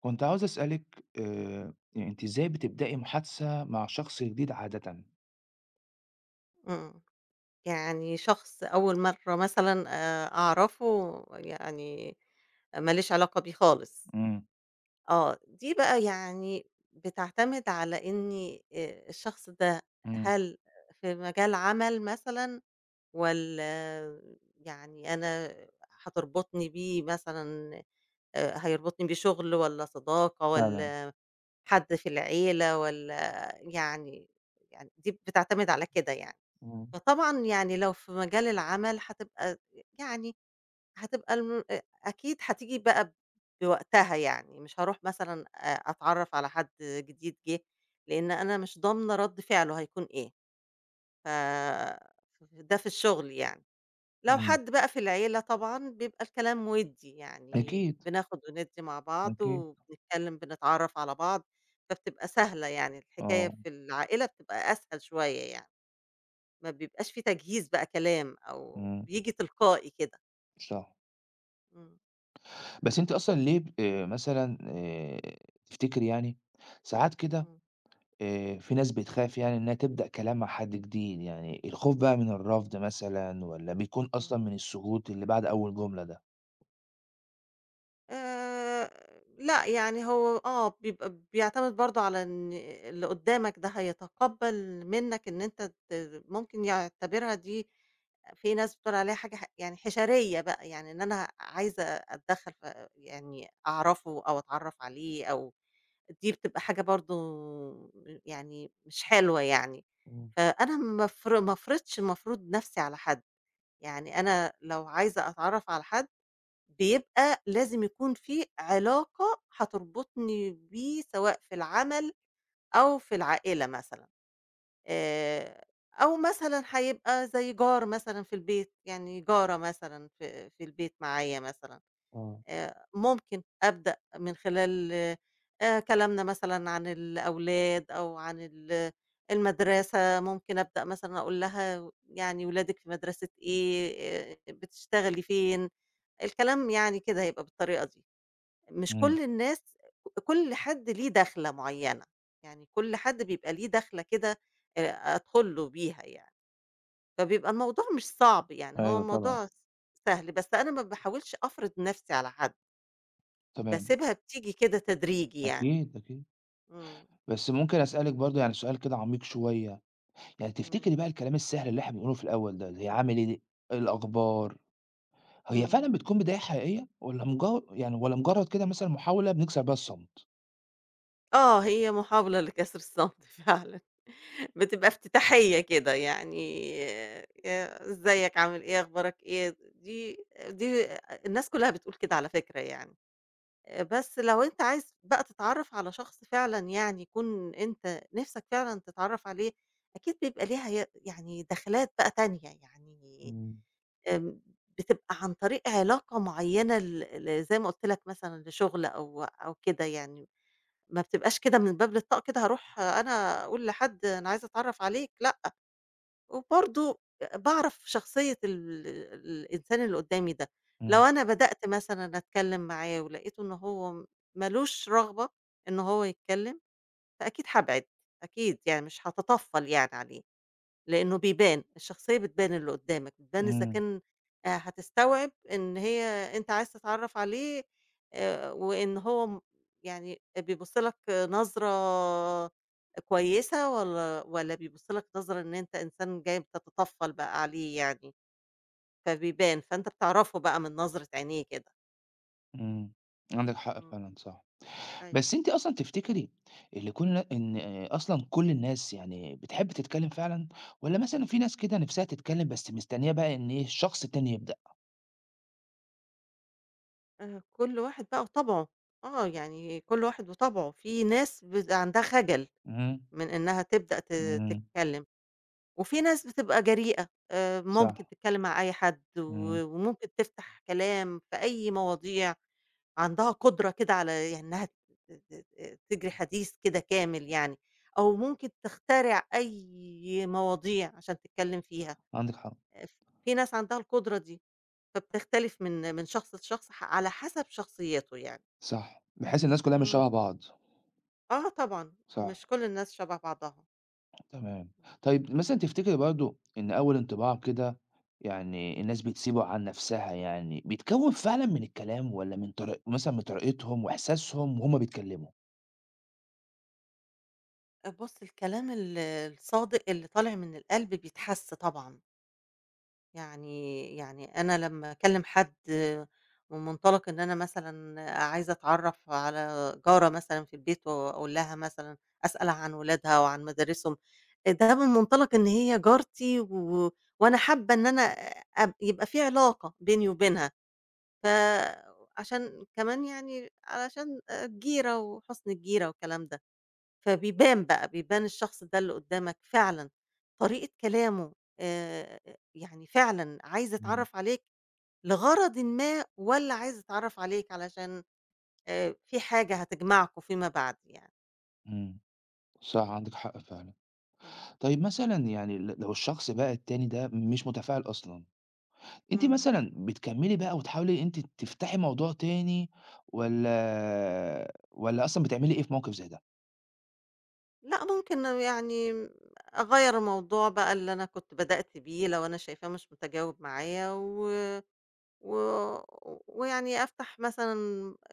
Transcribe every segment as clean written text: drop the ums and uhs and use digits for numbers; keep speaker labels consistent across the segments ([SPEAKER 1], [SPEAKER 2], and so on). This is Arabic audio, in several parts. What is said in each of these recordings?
[SPEAKER 1] كنت عاوز أسألِك يعني أنتِ إزاي بتبدئي محادثة مع شخص جديد عادةً؟
[SPEAKER 2] إمم. يعني شخص أول مرّة مثلًا أعرفه يعني ما ليش علاقة بيه خالص.
[SPEAKER 1] إمم.
[SPEAKER 2] آه. دي بقى يعني بتعتمد على إني الشخص ده
[SPEAKER 1] إمم.
[SPEAKER 2] هل في مجال عمل مثلًا والّا يعني أنا هتربطني بيه مثلًا هيربطني بيه شغل والّا صداقة
[SPEAKER 1] فعلًا.
[SPEAKER 2] والّا حد في العيلة والّا يعني يعني دي بتعتمد على كده يعني؟
[SPEAKER 1] إمم.
[SPEAKER 2] فطبعًا يعني لو في مجال العمل هتبقى يعني هتبقى الم أ أكيد هتيجي بقى بوقتها يعني، مش هاروح مثلًا أتعرّف على حد جديد جِه، لإن أنا مش ضامنة رَد فعله هيكون إيه، ف ده في الشغل يعني. لو
[SPEAKER 1] إمم.
[SPEAKER 2] حد بقى في العيلة طبعًا بيبقى الكلام وِدّي، يعني
[SPEAKER 1] أكيد.
[SPEAKER 2] بناخُد وندّي مع بعض
[SPEAKER 1] أكيد.
[SPEAKER 2] وبنتكلّم، بنتعرّف على بعض، فبتبقى سهلة يعني الحكاية
[SPEAKER 1] آه.
[SPEAKER 2] في العائلة بتبقى أسهل شوية يعني. ما بيبقاش في تجهيز بقى كلام أو
[SPEAKER 1] إمم.
[SPEAKER 2] بييجي تلقائي كده.
[SPEAKER 1] صح.
[SPEAKER 2] إمم،
[SPEAKER 1] بس أنتِ أصلًا ليه ب مثلًا تفتكري يعني ساعات كده
[SPEAKER 2] إمم،
[SPEAKER 1] في ناس بتخاف يعني إنها تبدأ كلام مع حد جديد، يعني الخوف بقى من الرفض مثلًا والّا بيكون
[SPEAKER 2] إمم.
[SPEAKER 1] أصلًا من السكوت اللي بعد أول جملة ده؟
[SPEAKER 2] آآ لأ، يعني هو آه، بيبقى بيعتمد برضه على إن اللي قدّامك ده هيتقبّل منّك إن أنت ممكن يعتبرها دي في ناس بتقول عليها حاجة يعني حشرية بقى، يعني إن أنا عايزة أتدخّل يعني أعرفه أو أتعرّف عليه أو دي بتبقى حاجة برضه يعني مش حلوة يعني،
[SPEAKER 1] إمم.
[SPEAKER 2] فأنا ما أفرضش المفروض نَفْسي على حد، يعني أنا لو عايزة أتعرّف على حد بيبقى لازم يكون في علاقة هتربطني بيه سواء في العمل أو في العائلة مثلًا آآ، أو مثلًا هيبقى زي جار مثلًا في البيت، يعني جارة مثلًا في البيت معايا مثلًا
[SPEAKER 1] آه.
[SPEAKER 2] ممكن أبدأ من خلال كلامنا مثلًا عن الأولاد أو عن المدرسة، ممكن أبدأ مثلًا أقول لها يعني ولادِك في مدرسة إيه، بتشتغلي فين، الكلام يعني كده هيبقى بالطريقة دي. مش
[SPEAKER 1] إمم.
[SPEAKER 2] كل الناس كل حد ليه دخلة معيّنة، يعني كل حد بيبقى ليه دخلة كده آآ أدخل له بيها يعني، فبيبقى الموضوع مش صعب يعني هو
[SPEAKER 1] أيوه طبعًا.
[SPEAKER 2] الموضوع سهل، بس أنا ما باحاولش أفرض نَفْسي على حد،
[SPEAKER 1] تمام.
[SPEAKER 2] باسيبها بتيجي كده تدريجي يعني.
[SPEAKER 1] أكيد. أكيد.
[SPEAKER 2] إمم،
[SPEAKER 1] بس ممكن أسألِك برضه يعني سؤال كده عميق شوية، يعني
[SPEAKER 2] إمم،
[SPEAKER 1] تفتكري بقى الكلام السهل اللي إحنا بنقوله في الأول ده، زي عامل إيه، الأخبار، هي
[SPEAKER 2] إمم.
[SPEAKER 1] فعلًا بتكون بداية حقيقية والّا يعني والّا مجرد كده مثلًا محاولة بنكسر بيها الصمت؟
[SPEAKER 2] آه، هي محاولة لكسر الصمت فعلًا، بتبقى افتتاحية كده يعني إزيك، عامل إيه، أخبارك إيه، دي الناس كلها بتقول كده على فكرة يعني. بس لو أنت عايز بقى تتعرّف على شخص فعلًا يعني يكون أنت نِفْسك فعلًا تتعرّف عليه، أكيد بيبقى ليها يعني دخلات بقى تانية، يعني
[SPEAKER 1] إمم.
[SPEAKER 2] آمم بتبقى عن طريق علاقة معيّنة ل ل زي ما قُلت لك مثلًا لشُغل أو كده يعني، ما بتبقاش كده من باب للطاق كده هاروح أنا أقول لحد أنا عايزة أتعرّف عليك لأ، وبرضه باعرف شخصية الإنسان اللي قدّامي ده، لو
[SPEAKER 1] إمم.
[SPEAKER 2] أنا بدأت مثلًا أتكلّم معاه ولقيته إن هو مالوش رغبة إن هو يتكلّم، فأكيد هابعد، أكيد يعني مش هاتطفّل يعني عليه، لإنه بيبان، الشخصية بتبان اللي قدّامك، بتبان إذا
[SPEAKER 1] إمم.
[SPEAKER 2] كان هتستوعب إن هي أنت عايز تتعرّف عليه وإن هو يعني بيبُص لك نظرة كويسة والّا بيبُص لك نظرة إن أنت إنسان جاي بتتطفّل بقى عليه يعني، فبيبان، فأنت بتعرفه بقى من نظرة عينيه كده؟
[SPEAKER 1] إمم. عندِك حق
[SPEAKER 2] إمم،
[SPEAKER 1] فعلًا صح.
[SPEAKER 2] أيوه.
[SPEAKER 1] بس أنتِ أصلًا تفتكري اللي كل إن أصلًا كل الناس يعني بتحب تتكلم فعلًا، والّا مثلًا في ناس كده نفسها تتكلم بس مستنية بقى إن إيه الشخص التاني يبدأ؟
[SPEAKER 2] كل واحد بقى وطبعه، آه، يعني كل واحد وطبعه، في ناس بيبقى عندها خجل
[SPEAKER 1] إمم.
[SPEAKER 2] من إنها تبدأ
[SPEAKER 1] إمم.
[SPEAKER 2] تتكلّم، وفي ناس بتبقى جريئة،
[SPEAKER 1] صح.
[SPEAKER 2] ممكن تتكلّم مع أي حد
[SPEAKER 1] إمم.
[SPEAKER 2] وممكن تفتح كلام في أي مواضيع. عندها قدرة كده على يعني إنها ت ت ت تجري حديث كده كامل يعني، أو ممكن تخترع أي مواضيع عشان تتكلم فيها،
[SPEAKER 1] عندِك حق.
[SPEAKER 2] ف في ناس عندها القدرة دي، فبتختلف من شخص لشخص على حسب شخصيته يعني.
[SPEAKER 1] صح، بحيث الناس كلّها مش
[SPEAKER 2] إمم،
[SPEAKER 1] شبه بعض.
[SPEAKER 2] آه طبعًا،
[SPEAKER 1] صح.
[SPEAKER 2] مش كل الناس شبه بعضها.
[SPEAKER 1] تمام.
[SPEAKER 2] إمم،
[SPEAKER 1] طيب مثلًا
[SPEAKER 2] إمم،
[SPEAKER 1] تفتكري برضه إن أول انطباع كده يعني الناس بتسيبه عن نفسها يعني، بيتكوّن فعلًا
[SPEAKER 2] إمم.
[SPEAKER 1] من الكلام والّا من طريقتهم وإحساسهم وهُم بيتكلّموا؟
[SPEAKER 2] بُص الكلام الصادق اللي طالع من القلب بيتحس طبعًا. يعني أنا لمّا أكلّم حد من منطلق إن أنا مثلًا عايزة أتعرّف على جارة مثلًا في البيت وأقول لها مثلًا أسأل عن ولادها وعن مدارسهم، ده من منطلق إن هي جارتي وأنا حابة إن أنا يبقى في علاقة بيني وبينها، فعشان كمان يعني علشان الجيرة وحُسن الجيرة والكلام ده. فبيبان بقى، بيبان الشخص ده اللي قدّامك فعلًا، طريقة كلامه آآ، يعني فعلًا عايز
[SPEAKER 1] إمم.
[SPEAKER 2] يتعرّف عليك لغرضٍ ما والّا عايز يتعرّف عليك علشان في حاجة هتجمعكم فيما بعد يعني؟
[SPEAKER 1] إمم. صح
[SPEAKER 2] إمم،
[SPEAKER 1] عندِك حق فعلًا.
[SPEAKER 2] إمم،
[SPEAKER 1] طيب مثلًا يعني لو الشخص بقى التاني ده مش متفاعل أصلًا، أنتِ
[SPEAKER 2] إمم.
[SPEAKER 1] مثلًا بتكمّلي بقى وتحاولي أنتِ تفتحي موضوع تاني والّا أصلًا بتعملي إيه في موقف زي ده؟
[SPEAKER 2] لأ ممكن يعني أغيّر الموضوع بقى اللي أنا كنت بدأت بيه لو أنا شايفاه مش متجاوب معايا و و ويعني أفتح مثلًا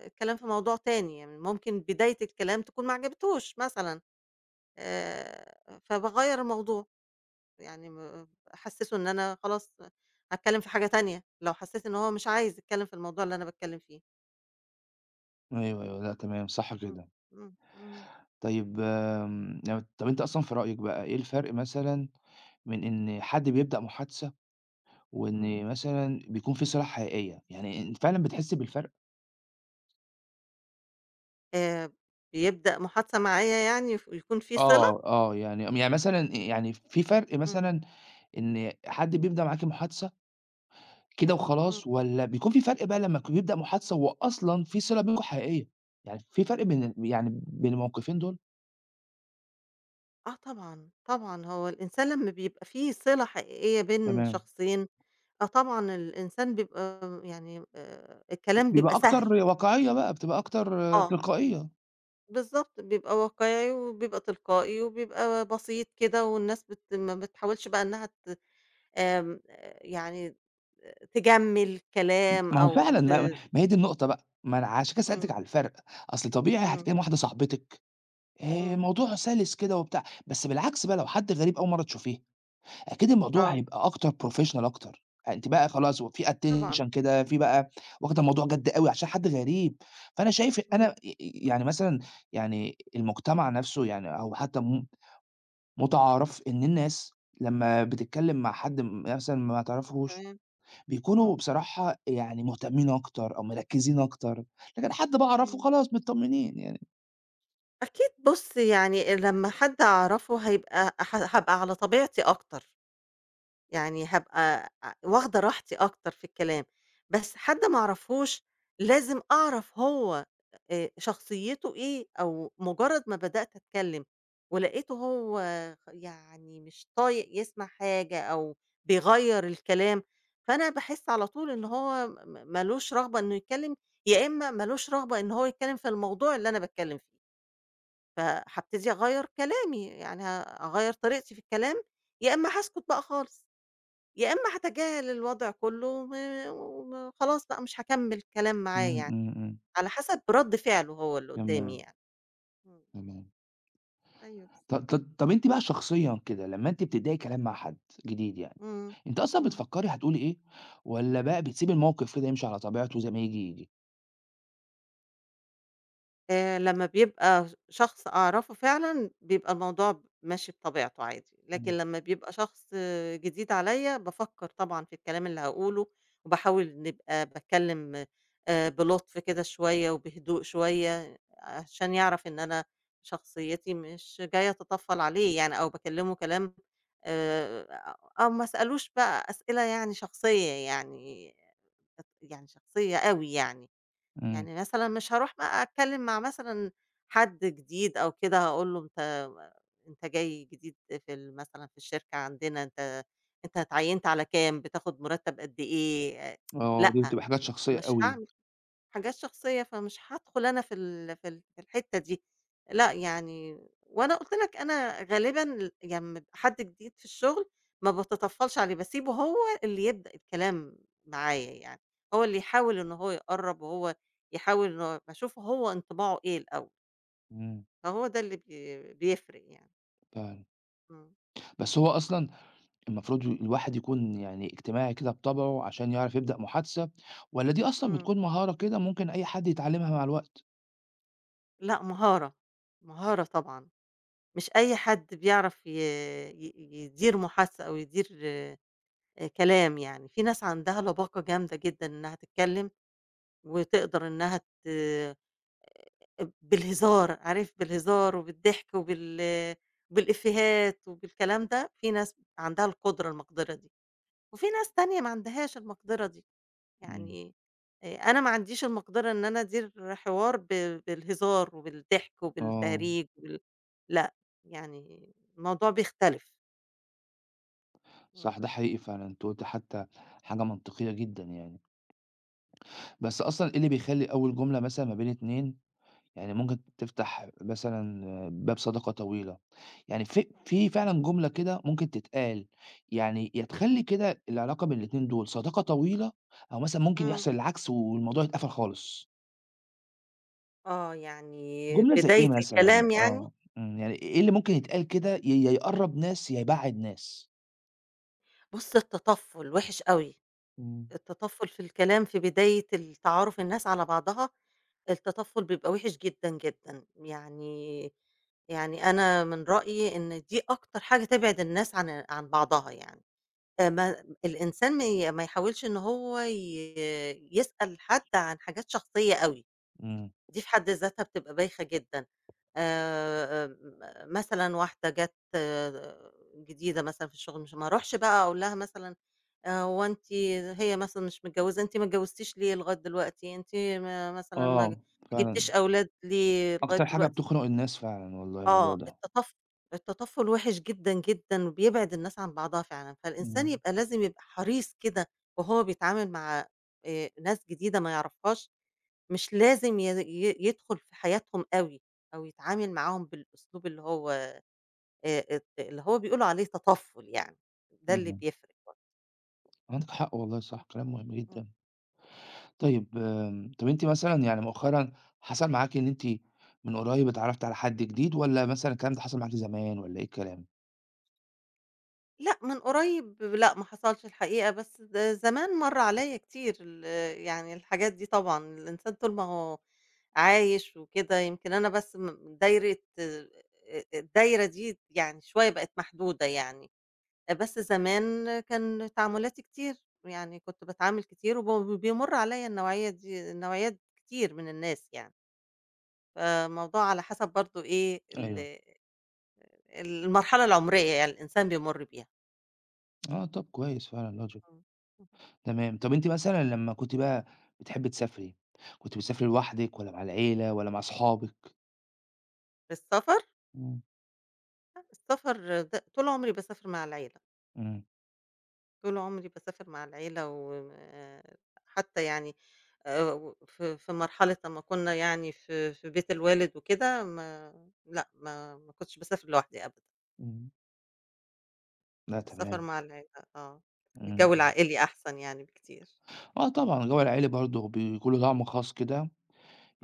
[SPEAKER 2] الكلام في موضوع تاني، يعني ممكن بداية الكلام تكون ما عجبتوش مثلًا. آآ، فباغيّر الموضوع، يعني أحسّسه إن أنا خلاص هاتكلّم في حاجة تانية، لو حسّيت إن هو مش عايز يتكلّم في الموضوع اللي أنا باتكلّم فيه.
[SPEAKER 1] أيوه، أيوه، لأ تمام، صح
[SPEAKER 2] إمم،
[SPEAKER 1] كده.
[SPEAKER 2] إمم، إمم،
[SPEAKER 1] طيب لو طب أنت أصلًا في رأيك بقى إيه الفرق مثلًا من إن حد بيبدأ محادثة،
[SPEAKER 2] إمم.
[SPEAKER 1] وإن مثلًا بيكون في صلة حقيقية، يعني أنت فعلًا بتحس بالفرق؟
[SPEAKER 2] آآ، بيبدأ محادثة معايا يعني يكون في صِلة؟
[SPEAKER 1] آه، آه، يعني مثلًا إيه، يعني في فرق
[SPEAKER 2] إمم،
[SPEAKER 1] مثلًا إن حد بيبدأ معاك المحادثة كده
[SPEAKER 2] إمم.
[SPEAKER 1] وخلاص، والّا بيكون في فرق بقى لمّا بيبدأ محادثة وأصلًا في صلة بينكم حقيقية، يعني في فرق بين الموقفين دول؟
[SPEAKER 2] آه طبعًا، طبعًا، هو الإنسان لمّا بيبقى في صِلة حقيقية بين
[SPEAKER 1] تمام.
[SPEAKER 2] شخصين، آه طبعًا الإنسان بيبقى يعني الكلام بيبقى
[SPEAKER 1] بيبقى
[SPEAKER 2] سهل.
[SPEAKER 1] أكتر واقعية بقى، بتبقى أكتر
[SPEAKER 2] آه.
[SPEAKER 1] تلقائية.
[SPEAKER 2] بالضبط، بيبقى واقعي وبيبقى تلقائي وبيبقى بسيط كده والناس ما بتحاولش بقى إنّها آمم يعني تجمّل كلام
[SPEAKER 1] ما هو
[SPEAKER 2] أو
[SPEAKER 1] فعلًا ما ما هي دي النقطة بقى، ما أنا عشان كده سألتِك
[SPEAKER 2] إمم،
[SPEAKER 1] على الفرق، أصل طبيعي
[SPEAKER 2] إمم،
[SPEAKER 1] هتكلمي واحدة صاحبتِك
[SPEAKER 2] إمم،
[SPEAKER 1] الموضوع سلس كده وبتاع، بس بالعكس بقى لو حد غريب أول مرة تشوفيه، أكيد الموضوع
[SPEAKER 2] آه،
[SPEAKER 1] هيبقى أكتر professional أكتر، يعني أنتِ بقى خلاص وفي
[SPEAKER 2] طبعًا،
[SPEAKER 1] attention كده، في بقى واخدة الموضوع جد أوي عشان حد غريب، فأنا شايف
[SPEAKER 2] إمم،
[SPEAKER 1] أنا يعني مثلًا يعني المجتمع نفسه يعني أو حتى متعارف إن الناس لمّا بتتكلم مع حد مثلًا ما تعرفيهوش
[SPEAKER 2] تمام،
[SPEAKER 1] بيكونوا
[SPEAKER 2] اهم،
[SPEAKER 1] بصراحة يعني مهتمين أكتر أو مركّزين أكتر، لكن حد باعرفه
[SPEAKER 2] إمم.
[SPEAKER 1] خلاص متطمنين يعني.
[SPEAKER 2] أكيد بُص، يعني لمّا حد أعرفه هيبقى هابقى على طبيعتي أكتر. يعني هابقى واخدة راحتي أكتر في الكلام، بس حد ما أعرفهوش لازم أعرف هو شخصيته إيه، أو مجرد ما بدأت أتكلم ولقيته هو يعني مش طايق يسمع حاجة أو بيغيّر الكلام، فأنا باحس على طول إن هو ما لوش رغبة إنه يتكلم، يا إما ما لوش رغبة إن هو يتكلم في الموضوع اللي أنا باتكلم فيه، فهابتدي أغيّر كلامي يعني هاغيّر طريقتي في الكلام، يا إما هاسكت بقى خالص. يا إما هاتجاهل الوضع كلّه و وم خلاص بقى مش هاكمّل كلام معاه
[SPEAKER 1] إمم.
[SPEAKER 2] يعني،
[SPEAKER 1] إمم. إمم.
[SPEAKER 2] على حسب رَد فعله هو اللي قدّامي
[SPEAKER 1] تمام.
[SPEAKER 2] يعني. إمم،
[SPEAKER 1] تمام.
[SPEAKER 2] أيوه بالضبط.
[SPEAKER 1] ط ط طَب أنتِ بقى شخصيًا كده لمّا أنتِ بتبدئي كلام مع حد جديد يعني،
[SPEAKER 2] إمم،
[SPEAKER 1] أنتِ أصلًا
[SPEAKER 2] إمم.
[SPEAKER 1] بتفكّري هتقولي إيه، والّا بقى بتسيبي الموقف كده يمشي على طبيعته زي ما ييجي، ييجي؟
[SPEAKER 2] لمّا بيبقى شخص أعرفه فعلًا، بيبقى الموضوع ماشي بطبيعته عادي، لكن
[SPEAKER 1] إمم.
[SPEAKER 2] لمّا بيبقى شخص آه، جديد عليَّ، بافكّر طبعًا في الكلام اللي هاقوله، وباحاول نبقى باتكلم بلطف كده شوية وبهدوء شوية، عشان يعرف إن أنا شخصيتي مش جاية أتطفّل عليه يعني، أو باكلمه كلام آآ أو ما أسألوش بقى أسئلة يعني شخصية يعني شخصية أوي يعني،
[SPEAKER 1] إمم.
[SPEAKER 2] يعني مثلًا مش هاروح بقى أتكلم مع مثلًا حد جديد أو كده هاقول له أنت أنت جاي جديد في مثلًا في الشركة عندنا أنت اتعيّنت على كام، بتاخد مرتب قد إيه، آه،
[SPEAKER 1] آه،
[SPEAKER 2] لأ
[SPEAKER 1] دي بتبقى حاجات شخصية
[SPEAKER 2] مش
[SPEAKER 1] أوي.
[SPEAKER 2] هاعمل حاجات شخصية، فمش هادخل أنا في الحتّة دي، لأ يعني وأنا قُلت لك أنا غالبًا يعني أمّا يبقى حد جديد في الشغل ما باتطفّلش عليه، باسيبه هو اللي يبدأ الكلام معايا يعني، هو اللي يحاول إن هو يقرّب وهو يحاول إن هو باشوف هو انطباعه إيه الأول،
[SPEAKER 1] إمم.
[SPEAKER 2] فهو ده اللي بيفرق يعني.
[SPEAKER 1] فعلًا.
[SPEAKER 2] إمم،
[SPEAKER 1] بس هو أصلًا المفروض الواحد يكون يعني اجتماعي كده بطبعه عشان يعرف يبدأ محادثة، والّا دي أصلًا
[SPEAKER 2] إمم.
[SPEAKER 1] بتكون مهارة كده ممكن أي حد يتعلمها مع الوقت؟
[SPEAKER 2] لأ مهارة، مهارة طبعًا، مش أي حد بيعرف ي ي يدير محادثة أو يدير كلام يعني، في ناس عندها لباقة جامدة جدًا إنها تتكلم، وتقدر إنها ت بالهزار، عارف بالهزار وبالضحك بالإفيهات وبالكلام ده، في ناس عندها المقدرة دي، وفي ناس تانية ما عندهاش المقدرة دي،
[SPEAKER 1] إمم.
[SPEAKER 2] يعني أنا ما عنديش المقدرة إن أنا أدير حوار بالهزار وبالضحك
[SPEAKER 1] آه.
[SPEAKER 2] وبالتهريج لأ، يعني الموضوع بيختلف.
[SPEAKER 1] صح ده حقيقي فعلًا، أنتِ قُلتِ حتى حاجة منطقية جدًا يعني، بس أصلًا إيه اللي بيخلّي أول جملة مثلًا ما بين 2 يعني ممكن تفتح مثلًا باب صداقة طويلة؟ يعني في فعلًا جملة كده ممكن تتقال يعني يا تخلّي كده العلاقة بين الاتنين دول صداقة طويلة أو مثلًا ممكن
[SPEAKER 2] إمم.
[SPEAKER 1] يحصل العكس والموضوع يتقفل خالص.
[SPEAKER 2] آه، يعني
[SPEAKER 1] جملة زي إيه
[SPEAKER 2] بداية
[SPEAKER 1] مثلًا؟
[SPEAKER 2] الكلام يعني؟
[SPEAKER 1] آه. إمم. يعني إيه اللي ممكن يتقال كده يا يقرّب ناس يا يبعّد ناس؟
[SPEAKER 2] بُص التطفُّل وِحِش أوي،
[SPEAKER 1] إمم.
[SPEAKER 2] التطفُّل في الكلام في بداية التعارُف الناس على بعضها، التطفُّل بيبقى وِحِش جدًا، جدًا، يعني أنا من رأيي إن دي أكتر حاجة تبعِد الناس عن بعضها يعني، ما الإنسان ما يحاولش إن هو يسأل حد عن حاجات شخصية أوي.
[SPEAKER 1] إمم.
[SPEAKER 2] دي في حد ذاتها بتبقى بايخة جدًا. مثلًا واحدة جات جديدة مثلًا في الشغل، مش ما أروحش بقى أقول لها مثلًا هو أنتِ هي مثلًا مش متجوزة، أنتِ ما اتجوزتيش ليه لغاية دلوقتي؟ أنتِ ما مثلًا ما ما
[SPEAKER 1] آه. فعلًا
[SPEAKER 2] جبتيش أولاد ليه لغاية
[SPEAKER 1] أكتر حاجة
[SPEAKER 2] دلوقتي؟
[SPEAKER 1] بتخنق الناس فعلًا والله الموضوع
[SPEAKER 2] آه،
[SPEAKER 1] ده.
[SPEAKER 2] التطفل التطفل وِحِش جدًا، جدًا، وبيبعد الناس عن بعضها فعلًا، فالإنسان
[SPEAKER 1] إمم.
[SPEAKER 2] يبقى لازم يبقى حريص كده وهو بيتعامل مع ناس جديدة ما يعرفهاش مش لازم ي ي يدخل في حياتهم أوي، أو يتعامل معاهم بالأسلوب اللي هو اللي هو بيقولوا عليه تطفُّل يعني، ده اللي
[SPEAKER 1] اهم.
[SPEAKER 2] بيفرق برضه.
[SPEAKER 1] عندِك حق والله
[SPEAKER 2] إمم.
[SPEAKER 1] صح، كلام مهم
[SPEAKER 2] إمم.
[SPEAKER 1] جدًا. طيب طب أنتِ مثلًا يعني مؤخرًا حصل معاكِ إن أنتِ من قريب اتعرّفتِ على حد جديد والّا مثلًا الكلام ده حصل معاكِ زمان والّا إيه الكلام؟
[SPEAKER 2] لأ، من قريب لأ، ما حصلش الحقيقة، بس زمان مَر عليَّ كتير يعني الحاجات دي طبعًا، الإنسان طول ما هو عايش وكده يمكن أنا بس دايرة الدايرة دي يعني شوية بقت محدودة يعني، بس زمان كان تعاملاتي كتير، يعني كنت باتعامل كتير بيمُر عليَّ النوعية دي نوعيات كتير من الناس يعني، فالموضوع على حسب برضه إيه
[SPEAKER 1] أيوه.
[SPEAKER 2] المرحلة العمرية يعني الإنسان بيمُر بيها.
[SPEAKER 1] آه. طب كويس فعلًا
[SPEAKER 2] آه، اهم.
[SPEAKER 1] تمام. طب أنتِ مثلًا لمّا كنتِ بقى بتحبّي تسافري، كنتِ بتسافري لوحدِك والّا مع العيلة والّا مع أصحابِك؟
[SPEAKER 2] في السفر
[SPEAKER 1] إمم.
[SPEAKER 2] السفر ده طول عمري باسافر مع العيلة،
[SPEAKER 1] إمم.
[SPEAKER 2] طول عمري باسافر مع العيلة و حتى يعني في مرحلة أمّا كنا يعني في بيت الوالد وكده ما لأ، ما كنتش باسافر لوحدي أبدًا،
[SPEAKER 1] إمم. لأ
[SPEAKER 2] السفر
[SPEAKER 1] تمام.
[SPEAKER 2] مع العيلة آه،
[SPEAKER 1] إمم.
[SPEAKER 2] الجو
[SPEAKER 1] إمم.
[SPEAKER 2] العائلي أحسن يعني بكتير،
[SPEAKER 1] آه طبعًا جو العائلي برضه بيكون له طعم خاص كده،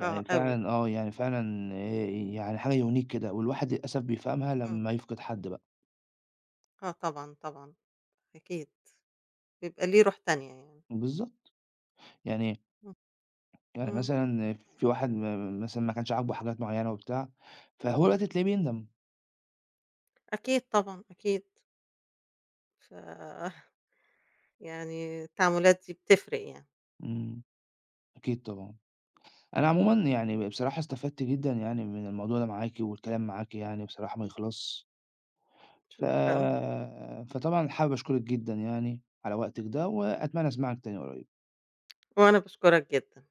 [SPEAKER 2] آه أوي،
[SPEAKER 1] فعلًا يعني فعلًا يعني حاجة unique كده والواحد للأسف بيفهمها
[SPEAKER 2] إمم،
[SPEAKER 1] لمّا يفقد حد بقى.
[SPEAKER 2] آه طبعًا، طبعًا، أكيد بيبقى ليه روح تانية يعني،
[SPEAKER 1] بالضبط. يعني
[SPEAKER 2] إمم،
[SPEAKER 1] يعني
[SPEAKER 2] إمم،
[SPEAKER 1] مثلًا في واحد مثلًا ما كانش عاجبه حاجات معيّنة وبتاع، فهو دلوقتي تلاقيه بيندم.
[SPEAKER 2] أكيد طبعًا، أكيد ف يعني التعاملات دي بتفرق يعني،
[SPEAKER 1] إمم. أكيد طبعًا. أنا عمومًا يعني بصراحة استفدت جدًا يعني من الموضوع ده معاكِ، والكلام معاكِ يعني بصراحة ما يخلصش، ف
[SPEAKER 2] شكرًا.
[SPEAKER 1] فطبعًا حابب أشكرِك جدًا يعني على وقتِك ده، وأتمنى أسمعك تاني قريب.
[SPEAKER 2] وأنا باشكرك جدًا.